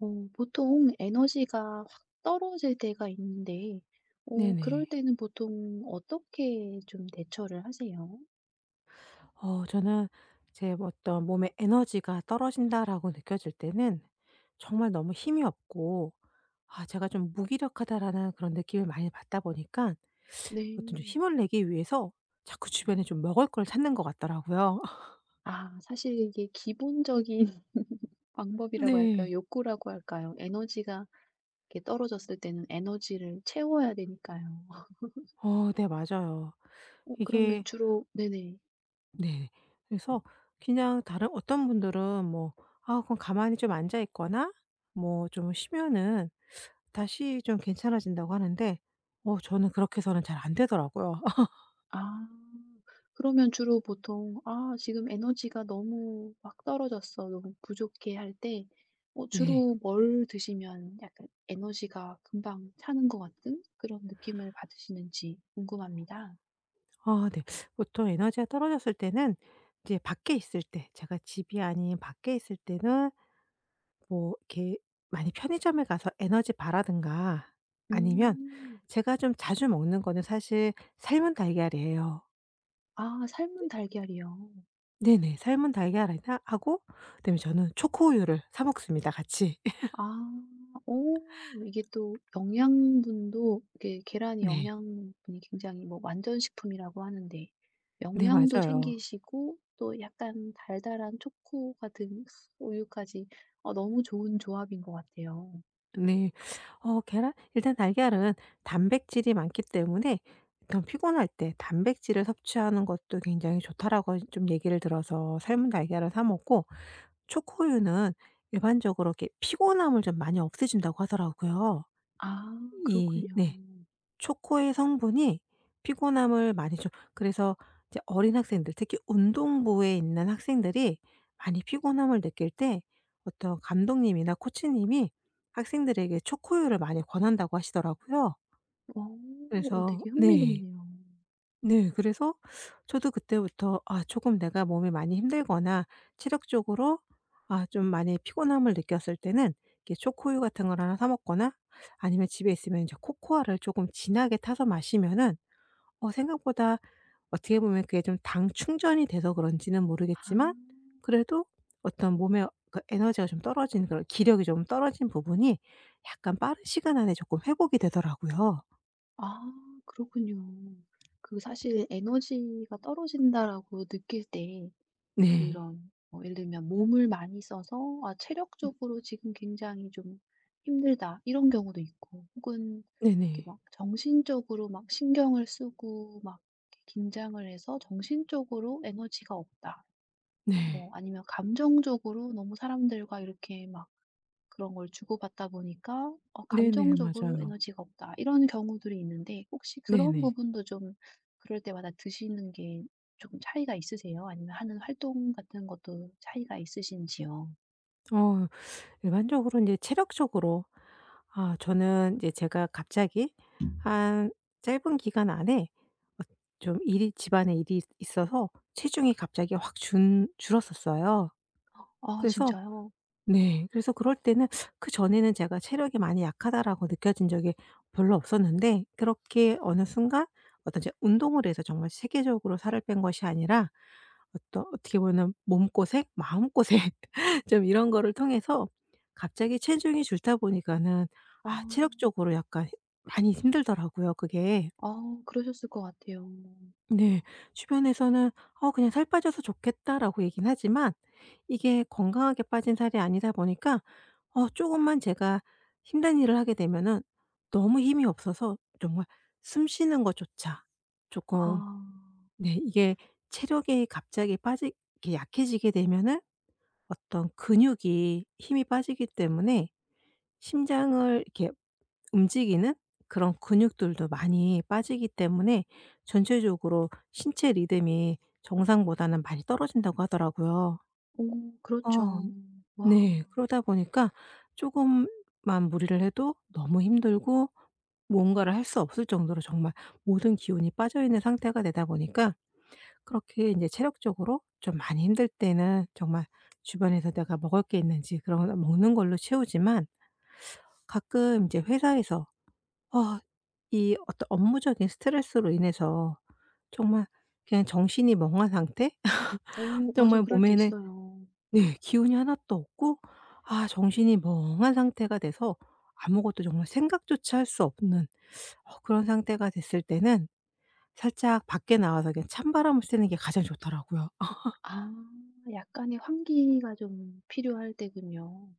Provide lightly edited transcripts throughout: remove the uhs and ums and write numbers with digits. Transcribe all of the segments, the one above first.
보통 에너지가 확 떨어질 때가 있는데, 그럴 네네. 때는 보통 어떻게 좀 대처를 하세요? 저는 제 어떤 몸의 에너지가 떨어진다라고 느껴질 때는 정말 너무 힘이 없고 '아 제가 좀 무기력하다.'라는 그런 느낌을 많이 받다 보니까 네. 어떤 좀 힘을 내기 위해서 자꾸 주변에 좀 먹을 걸 찾는 것 같더라고요. 아, 사실 이게 기본적인 방법이라고 네. 할까요? 욕구라고 할까요? 에너지가 이렇게 떨어졌을 때는 에너지를 채워야 되니까요. 어 네, 맞아요. 그러면 이게 주로, 네네. 네. 그래서 그냥 다른 어떤 분들은 뭐 '아 그럼 가만히 좀 앉아 있거나 뭐 좀 쉬면은 다시 좀 괜찮아진다.'고 하는데 저는 그렇게 해서는 잘 안 되더라고요. 아. 그러면 주로 보통 '아 지금 에너지가 너무 막 떨어졌어. 너무 부족해.' 할 때 네. 주로 뭘 드시면 약간 에너지가 금방 차는 것 같은 그런 느낌을 받으시는지 궁금합니다. 아 네. 보통 에너지가 떨어졌을 때는 이제 밖에 있을 때, 제가 집이 아닌 밖에 있을 때는 뭐 이렇게 많이 편의점에 가서 에너지 바라든가, 아니면 음. 제가 좀 자주 먹는 거는 사실 삶은 달걀이에요. 아, 삶은 달걀이요. 네네. 삶은 달걀이나 하고, 그다음에 저는 초코우유를 사 먹습니다 같이. 아. 오, 이게 또 영양분도 이게 계란이 네. 영양분이 굉장히 뭐 완전 식품이라고 하는데 네 영양도 맞아요. 챙기시고 또 약간 달달한 초코 같은 우유까지 너무 좋은 조합인 것 같아요. 네. 계란 일단 달걀은 단백질이 많기 때문에, 일단 피곤할 때 단백질을 섭취하는 것도 굉장히 좋다라고 좀 얘기를 들어서 삶은 달걀을 사 먹고, 초코우유는 일반적으로 이렇게 피곤함을 좀 많이 없애 준다고 하더라고요. 아, 이 그렇군요. 네. 초코의 성분이 피곤함을 많이 줘 그래서, 이제 어린 학생들, 특히 운동부에 있는 학생들이 많이 피곤함을 느낄 때 어떤 감독님이나 코치님이 학생들에게 초코우유를 많이 권한다고 하시더라고요. 오, 오, 그래서 되게 네. 흥미롭네요. 네. 그래서 저도 그때부터 '아, 조금 내가 몸이 많이 힘들거나 체력적으로 아 좀 많이 피곤함을 느꼈을 때는 이렇게 초코우유 같은 걸 하나 사 먹거나, 아니면 집에 있으면 이제 코코아를 조금 진하게 타서 마시면은' 생각보다, 어떻게 보면 그게 좀 당 충전이 돼서 그런지는 아. 모르겠지만 그래도 어떤 몸의 그 에너지가 좀 떨어진, 그런 기력이 좀 떨어진 부분이 약간 빠른 시간 안에 조금 회복이 되더라고요. 아, 그렇군요. 그 사실 '에너지가 떨어진다.'라고 느낄 때 네. 그런 뭐 예를 들면 몸을 많이 써서 '아 음. 체력적으로 지금 굉장히 좀 힘들다.' 이런 경우도 있고 혹은 이렇게 네네. 막 정신적으로 막 신경을 쓰고 막 이렇게 긴장을 해서 정신적으로 에너지가 없다. 네. 뭐 아니면 감정적으로 너무 사람들과 이렇게 막 그런 걸 주고받다 보니까 네네. 감정적으로 맞아요. 에너지가 없다 이런 경우들이 있는데 혹시 그런 네네. 부분도 좀 그럴 때마다 드시는 게 조금 차이가 있으세요? 아니면 하는 활동 같은 것도 차이가 있으신지요? 어 일반적으로 이제 체력적으로, 아 저는 이제 제가 갑자기 한 짧은 기간 안에 좀 일이, 집안에 일이 있어서 체중이 갑자기 확 준 줄었었어요. 아, 그래서 진짜요? 네. 그래서 그럴 때는, 그전에는 제가 '체력이 많이 약하다.'라고 느껴진 적이 별로 없었는데 그렇게 어느 순간, 어떤 이제 운동을 해서 정말 체계적으로 살을 뺀 것이 아니라 어떤 어떻게 보면은 몸고생, 마음고생 좀 이런 거를 통해서 갑자기 체중이 줄다 보니까는 아. 아 체력적으로 약간 많이 힘들더라고요, 그게. 아, 그러셨을 것 같아요. 네. 주변에서는 "어 그냥 살 빠져서 좋겠다."라고 얘기는 하지만 이게 건강하게 빠진 살이 아니다 보니까 어금만 제가 힘든 일을 하게 되면은 너무 힘이 없어서 정말 숨 쉬는 것조차 조금. 아. 네 이게 체력이 갑자기 빠지 이렇게 약해지게 되면은 어떤 근육이 힘이 빠지기 때문에, 심장을 이렇게 움직이는 그런 근육들도 많이 빠지기 때문에 전체적으로 신체 리듬이 정상보다는 많이 떨어진다고 하더라고요. 오, 어 그렇죠. 와. 네. 그러다 보니까 조금만 무리를 해도 너무 힘들고, 뭔가를 할 수 없을 정도로 정말 모든 기운이 빠져 있는 상태가 되다 보니까, 그렇게 이제 체력적으로 좀 많이 힘들 때는 정말 주변에서 내가 먹을 게 있는지 그런 거 먹는 걸로 채우지만, 가끔 이제 회사에서 어, 이 어떤 업무적인 스트레스로 인해서 정말 그냥 정신이 멍한 상태? 오, 맞아. 정말 그럴 때 몸에는 있어요. 네 기운이 하나도 없고 아 정신이 멍한 상태가 돼서 아무것도 정말 생각조차 할 수 없는 그런 상태가 됐을 때는 살짝 밖에 나와서 그냥 찬바람을 쐬는 게 가장 좋더라고요. 아 아, 약간의 환기가 좀 필요할 때군요.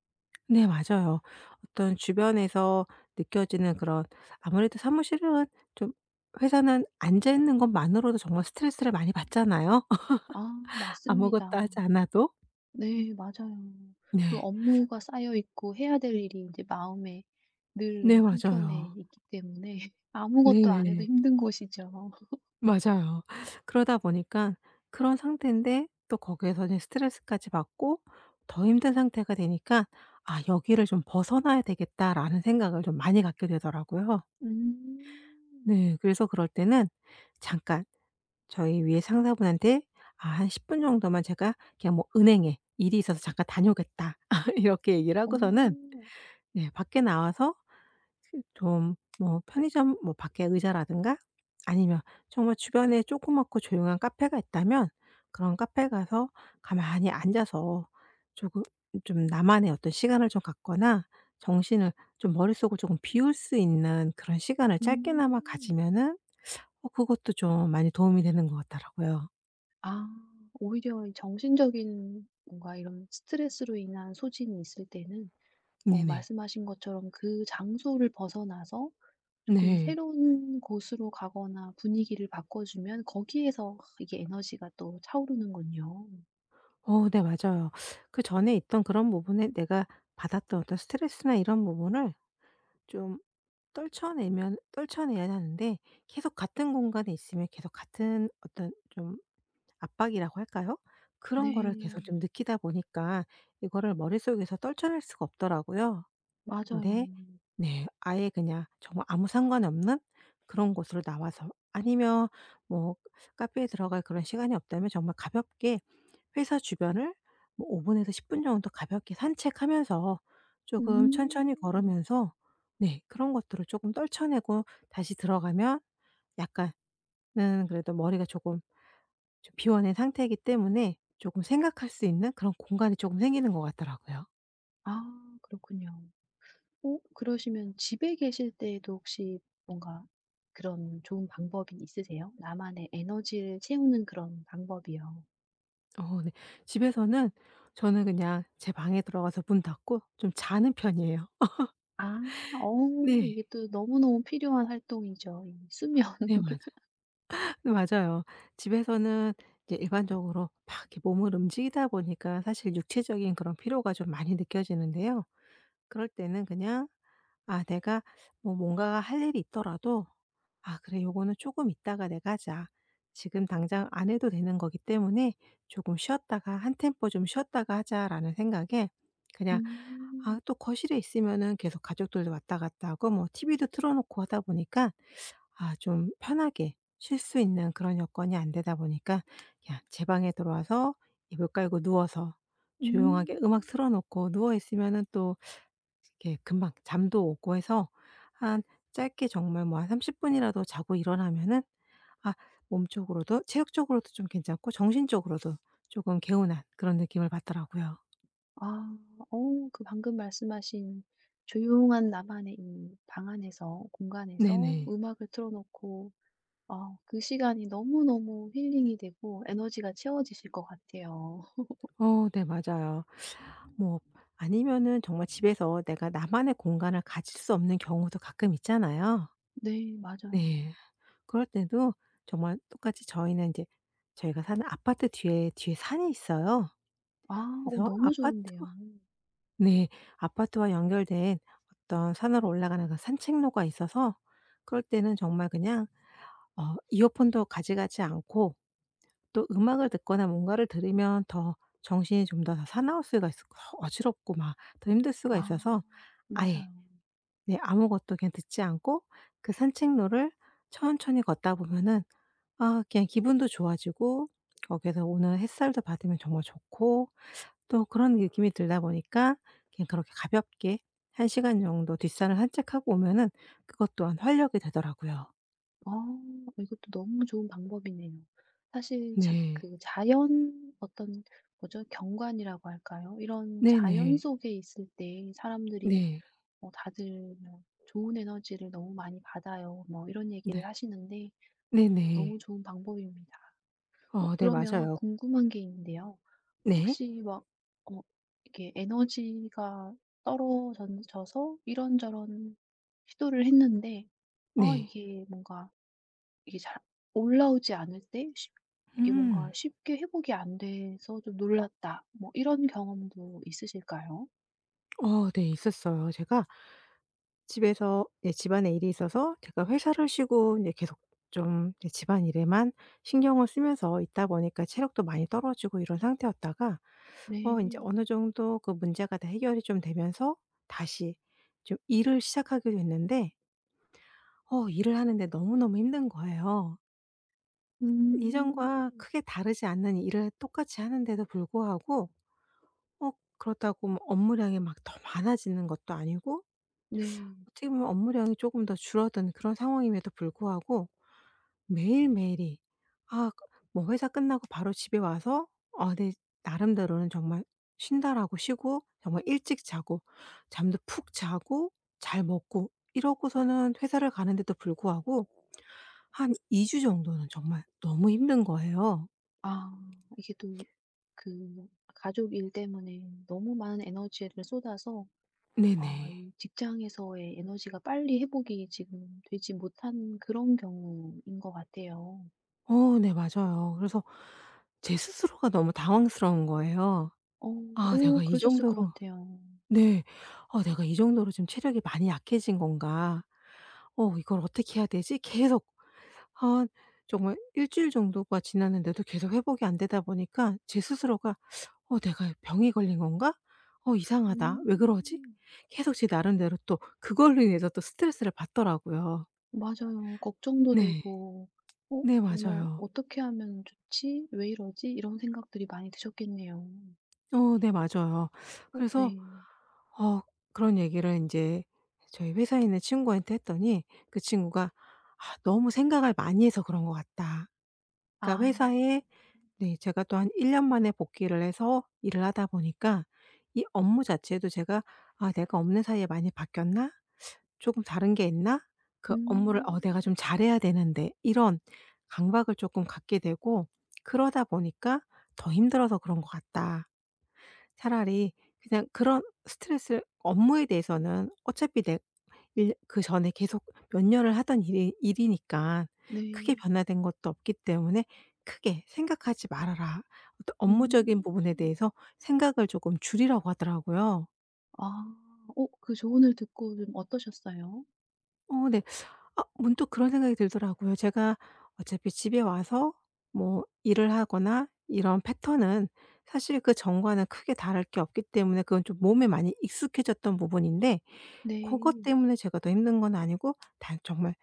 네 맞아요. 어떤 주변에서 느껴지는 그런, 아무래도 사무실은 좀, 회사는 앉아 있는 것만으로도 정말 스트레스를 많이 받잖아요. 아, 아무것도 맞습니다. 하지 않아도? 네, 맞아요. 그 네. 업무가 쌓여 있고 해야 될 일이 이제 마음에 네 늘 맞아요. 한켠에 있기 때문에 아무것도 안 해도 네네. 힘든 곳이죠. 맞아요. 그러다 보니까 그런 상태인데 또 거기에서 이제 스트레스까지 받고 더 힘든 상태가 되니까 '아 여기를 좀 벗어나야 되겠다.'라는 생각을 좀 많이 갖게 되더라고요. 음. 네. 그래서 그럴 때는, 잠깐 저희 위에 상사분한테 "아 한 10분 정도만 제가 그냥 뭐 은행에 일이 있어서 잠깐 다녀오겠다." 이렇게 얘기를 하고서는 오. 네 밖에 나와서 그 좀 뭐 편의점, 뭐 밖에 의자라든가, 아니면 정말 주변에 조그맣고 조용한 카페가 있다면 그런 카페 가서 가만히 앉아서 조금, 좀 나만의 어떤 시간을 좀 갖거나 정신을 좀 머릿속을 조금 비울 수 있는 그런 시간을 짧게나마 음. 가지면은 어 그것도 좀 많이 도움이 되는 것 같더라고요. 아, 오히려 이 정신적인 뭔가 이런 스트레스로 인한 소진이 있을 때는 네네. 말씀하신 것처럼 그 장소를 벗어나서 조금 네. 새로운 곳으로 가거나 분위기를 바꿔 주면 거기에서 이게 에너지가 또 차오르는군요. 어 네 맞아요. 그전에 있던 그런 부분에 내가 받았던 어떤 스트레스나 이런 부분을 좀 떨쳐내면 떨쳐내야 하는데 계속 같은 공간에 있으면 계속 같은 어떤 좀 압박이라고 할까요? 그런 거를 계속 네. 좀 느끼다 보니까 이거를 머릿속에서 떨쳐낼 수가 없더라고요. 맞아요. 근데 네 아예 그냥 정말 아무 상관없는 그런 곳으로 나와서, 아니면 뭐 카페에 들어갈 그런 시간이 없다면 정말 가볍게 회사 주변을 뭐 5 분에서 10분 정도 가볍게 산책하면서 조금 천천히 음. 걸으면서 네 그런 것들을 조금 떨쳐내고 다시 들어가면 약간은 그래도 머리가 조금 좀 비워낸 상태이기 때문에 조금 생각할 수 있는 그런 공간이 조금 생기는 것 같더라고요. 아, 그렇군요. 그러시면 집에 계실 때에도 혹시 뭔가 그런 좋은 방법이 있으세요? 나만의 에너지를 채우는 그런 방법이요. 어 네. 집에서는 저는 그냥 제 방에 들어가서 문 닫고 좀 자는 편이에요. 아. 어 네. 이게 또 너무너무 필요한 활동이죠. 이 수면. 네 맞아 네 맞아요. 집에서는 이제 일반적으로 막 이렇게 몸을 움직이다 보니까 사실 육체적인 그런 피로가 좀 많이 느껴지는데요. 그럴 때는 그냥 '아 내가 뭐 뭔가가 할 일이 있더라도 아 그래, 요거는 조금 있다가 내가 하자. 지금 당장 안 해도 되는 거기 때문에 조금 쉬었다가, 한 템포 좀 쉬었다가 하자.'라는 생각에 그냥, 아 음. 또 거실에 있으면은 계속 가족들도 왔다 갔다 하고 뭐 TV도 틀어 놓고 하다 보니까 아 좀 편하게 쉴 수 있는 그런 여건이 안 되다 보니까 야 제 방에 들어와서 이불 깔고 누워서 조용하게 음악 틀어 음. 놓고 누워 있으면은 또 이렇게 금방 잠도 오고 해서, 한 짧게 정말 뭐 한 30 분이라도 자고 일어나면은 아 몸쪽으로도 체력적으로도 좀 괜찮고 정신적으로도 조금 개운한 그런 느낌을 받더라고요. 아. 그 방금 말씀하신 조용한 나만의 이 방 안에서 공간에서 네네. 음악을 틀어 놓고 아, 그 시간이 너무너무 힐링이 되고 에너지가 채워지실 것 같아요. 어 네 맞아요. 뭐 아니면은 정말 집에서 내가 나만의 공간을 가질 수 없는 경우도 가끔 있잖아요. 네, 맞아요. 네. 그럴 때도 정말 똑같이 저희는 이제 저희가 사는 아파트 뒤에 산이 있어요. 아, 그래서 너무 아파트와 좋은데요. 네 아파트와 연결된 어떤 산으로 올라가는 그 산책로가 있어서, 그럴 때는 정말 그냥 어 이어폰도 가져가지 않고, 또 음악을 듣거나 뭔가를 들으면 더 정신이 좀 더 사나울 수가 있고 어지럽고 막 더 힘들 수가 아, 있어서 아예 맞아요. 네 아무것도 그냥 듣지 않고 그 산책로를 천천히 걷다 보면은 아 그냥 기분도 좋아지고 거기에서 오는 햇살도 받으면 정말 좋고, 또 그런 느낌이 들다 보니까 그냥 그렇게 가볍게 한 시간 정도 뒷산을 산책하고 오면은 그것 또한 활력이 되더라고요. 아, 이것도 너무 좋은 방법이네요. 사실 자, 네. 그 자연 어떤 뭐죠? 경관이라고 할까요? 이런 자연 네네. 속에 있을 때 사람들이 네. 뭐 다들 뭐 "좋은 에너지를 너무 많이 받아요." 뭐 이런 얘기를 네. 하시는데 너무 네네. 좋은 방법입니다. 어 네 그러면 맞아요. 궁금한 게 있는데요. 네. 혹시 막 어 이렇게 에너지가 떨어져서 이런저런 시도를 했는데 아, 네. 이게 뭔가 이게 잘 올라오지 않을 때 쉽 이게 뭔가 음. 쉽게 회복이 안 돼서 좀 놀랐다. 뭐 이런 경험도 있으실까요? 어 네 있었어요. 제가 집에서, 예 집안의 일이 있어서 제가 회사를 쉬고 이제 계속 좀 이제 집안일에만 신경을 쓰면서 있다 보니까 체력도 많이 떨어지고 이런 상태였다가 어 인제 네. 어느 정도 그 문제가 다 해결이 좀 되면서 다시 좀 일을 시작하게 됐는데 어 일을 하는데 너무너무 힘든 거예요. 이전과 음. 크게 다르지 않는 일을 똑같이 하는데도 불구하고, 어 그렇다고 뭐 업무량이 막 더 많아지는 것도 아니고 네. 어떻게 보면 업무량이 조금 더 줄어든 그런 상황임에도 불구하고 매일매일이 아 뭐 회사 끝나고 바로 집에 와서 '아 내 나름대로는 정말 쉰다.'라고 쉬고 정말 일찍 자고 잠도 푹 자고 잘 먹고 이러고서는 회사를 가는데도 불구하고 한 2주 정도는 정말 너무 힘든 거예요. 아, 이게 또 그 가족 일 때문에 너무 많은 에너지를 쏟아서 아, 네네. 이 직장에서의 에너지가 빨리 회복이 지금 되지 못한 그런 경우인 것 같아요. 어 네 맞아요. 그래서 제 스스로가 너무 당황스러운 거예요. 어 '아 오, 내가 이 그러셨을 것 정도로.' 같아요. 네. '어 내가 이 정도로 좀 체력이 많이 약해진 건가? 어 이걸 어떻게 해야 되지?' 계속 한 정말 일 주일 정도가 지났는데도 계속 회복이 안 되다 보니까 제 스스로가 '어 내가 병이 걸린 건가? 어 이상하다. 왜 그러지?' 음. 계속 제 나름대로 또 그걸로 인해서 또 스트레스를 받더라고요. 맞아요. 걱정도 네. 되고 '어 네 정말 맞아요. 어떻게 하면 좋지? 왜 이러지?' 이런 생각들이 많이 드셨겠네요. 어 네 맞아요. 그래서 네. 어 그런 얘기를 이제 저희 회사에 있는 친구한테 했더니 그 친구가 "아 너무 생각을 많이 해서 그런 것 같다." 그러니까 아. 회사에 네 제가 또 한 1년 만에 복귀를 해서 일을 하다 보니까 이 업무 자체도 제가 '아 내가 없는 사이에 많이 바뀌었나? 조금 다른 게 있나? 그 업무를 어 내가 좀 음. 잘해야 되는데.' 이런 강박을 조금 갖게 되고, 그러다 보니까 '더 힘들어서 그런 것 같다. 차라리 그냥, 그런 스트레스 업무에 대해서는 어차피 내 일 그전에 계속 몇 년을 하던 일이 일이니까 크게 네. 변화된 것도 없기 때문에 크게 생각하지 말아라.' 어떤 업무적인 부분에 음. 대해서 생각을 조금 줄이라고 하더라고요. 아. 그 조언을 듣고 좀 어떠셨어요? 어 네. 아 문득 그런 생각이 들더라고요. 제가 어차피 집에 와서 뭐 일을 하거나 이런 패턴은 사실 그전과는 크게 다를 게 없기 때문에 그건 좀 몸에 많이 익숙해졌던 부분인데, 그것 네. 때문에 제가 더 힘든 건 아니고 단 정말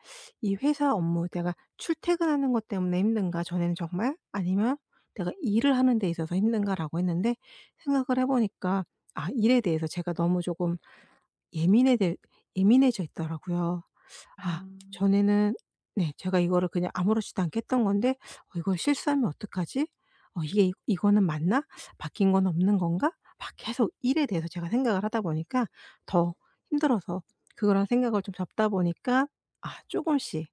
이 회사 업무 내가 출퇴근하는 것 때문에 힘든가, 전에는 정말, 아니면 내가 일을 하는 데 있어서 힘든가라고 했는데 생각을 해 보니까 아 일에 대해서 제가 너무 조금 예민해 예민해져 있더라고요. 아 아. 전에는 네 제가 이거를 그냥 아무렇지도 않게 했던 건데 '어 이걸 실수하면 어떡하지? 어 이게 이거는 맞나? 바뀐 건 없는 건가?' 막 계속 일에 대해서 제가 생각을 하다 보니까 더 힘들어서, 그거랑 생각을 좀 잡다 보니까 아 조금씩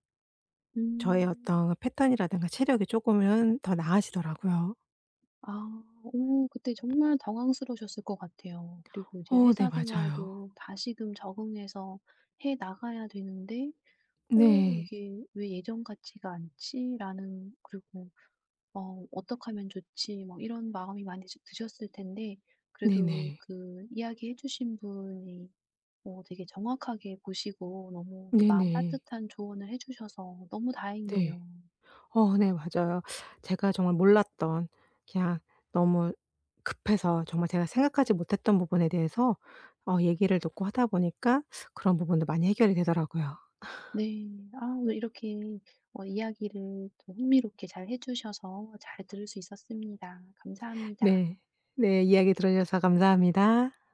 저의 음. 어떤 패턴이라든가 체력이 조금은 더 나아지더라고요. 아. 오, 그때 정말 당황스러우셨을 것 같아요. 그리고 이제 어 네 회사 맞아요. 생활도 다시금 적응해서 해 나가야 되는데 오, 네. 이게 왜 예전 같지가 않지?'라는 그리고 '어 어떡하면 좋지?' 뭐 이런 마음이 많이 드셨을 텐데 그래도 네네. 그 이야기해 주신 분이 되게 정확하게 보시고 너무 또 마음 네네. 따뜻한 조언을 해 주셔서 너무 네. 다행이에요. 어 네 맞아요. 제가 정말 몰랐던 그냥 너무 급해서 정말 제가 생각하지 못했던 부분에 대해서 어 얘기를 듣고 하다 보니까 그런 부분도 많이 해결이 되더라고요. 네. 아, 오늘 이렇게 이야기를 또 흥미롭게 잘 해 주셔서 잘 들을 수 있었습니다. 감사합니다. 네. 네. 이야기 들어 주셔서 감사합니다.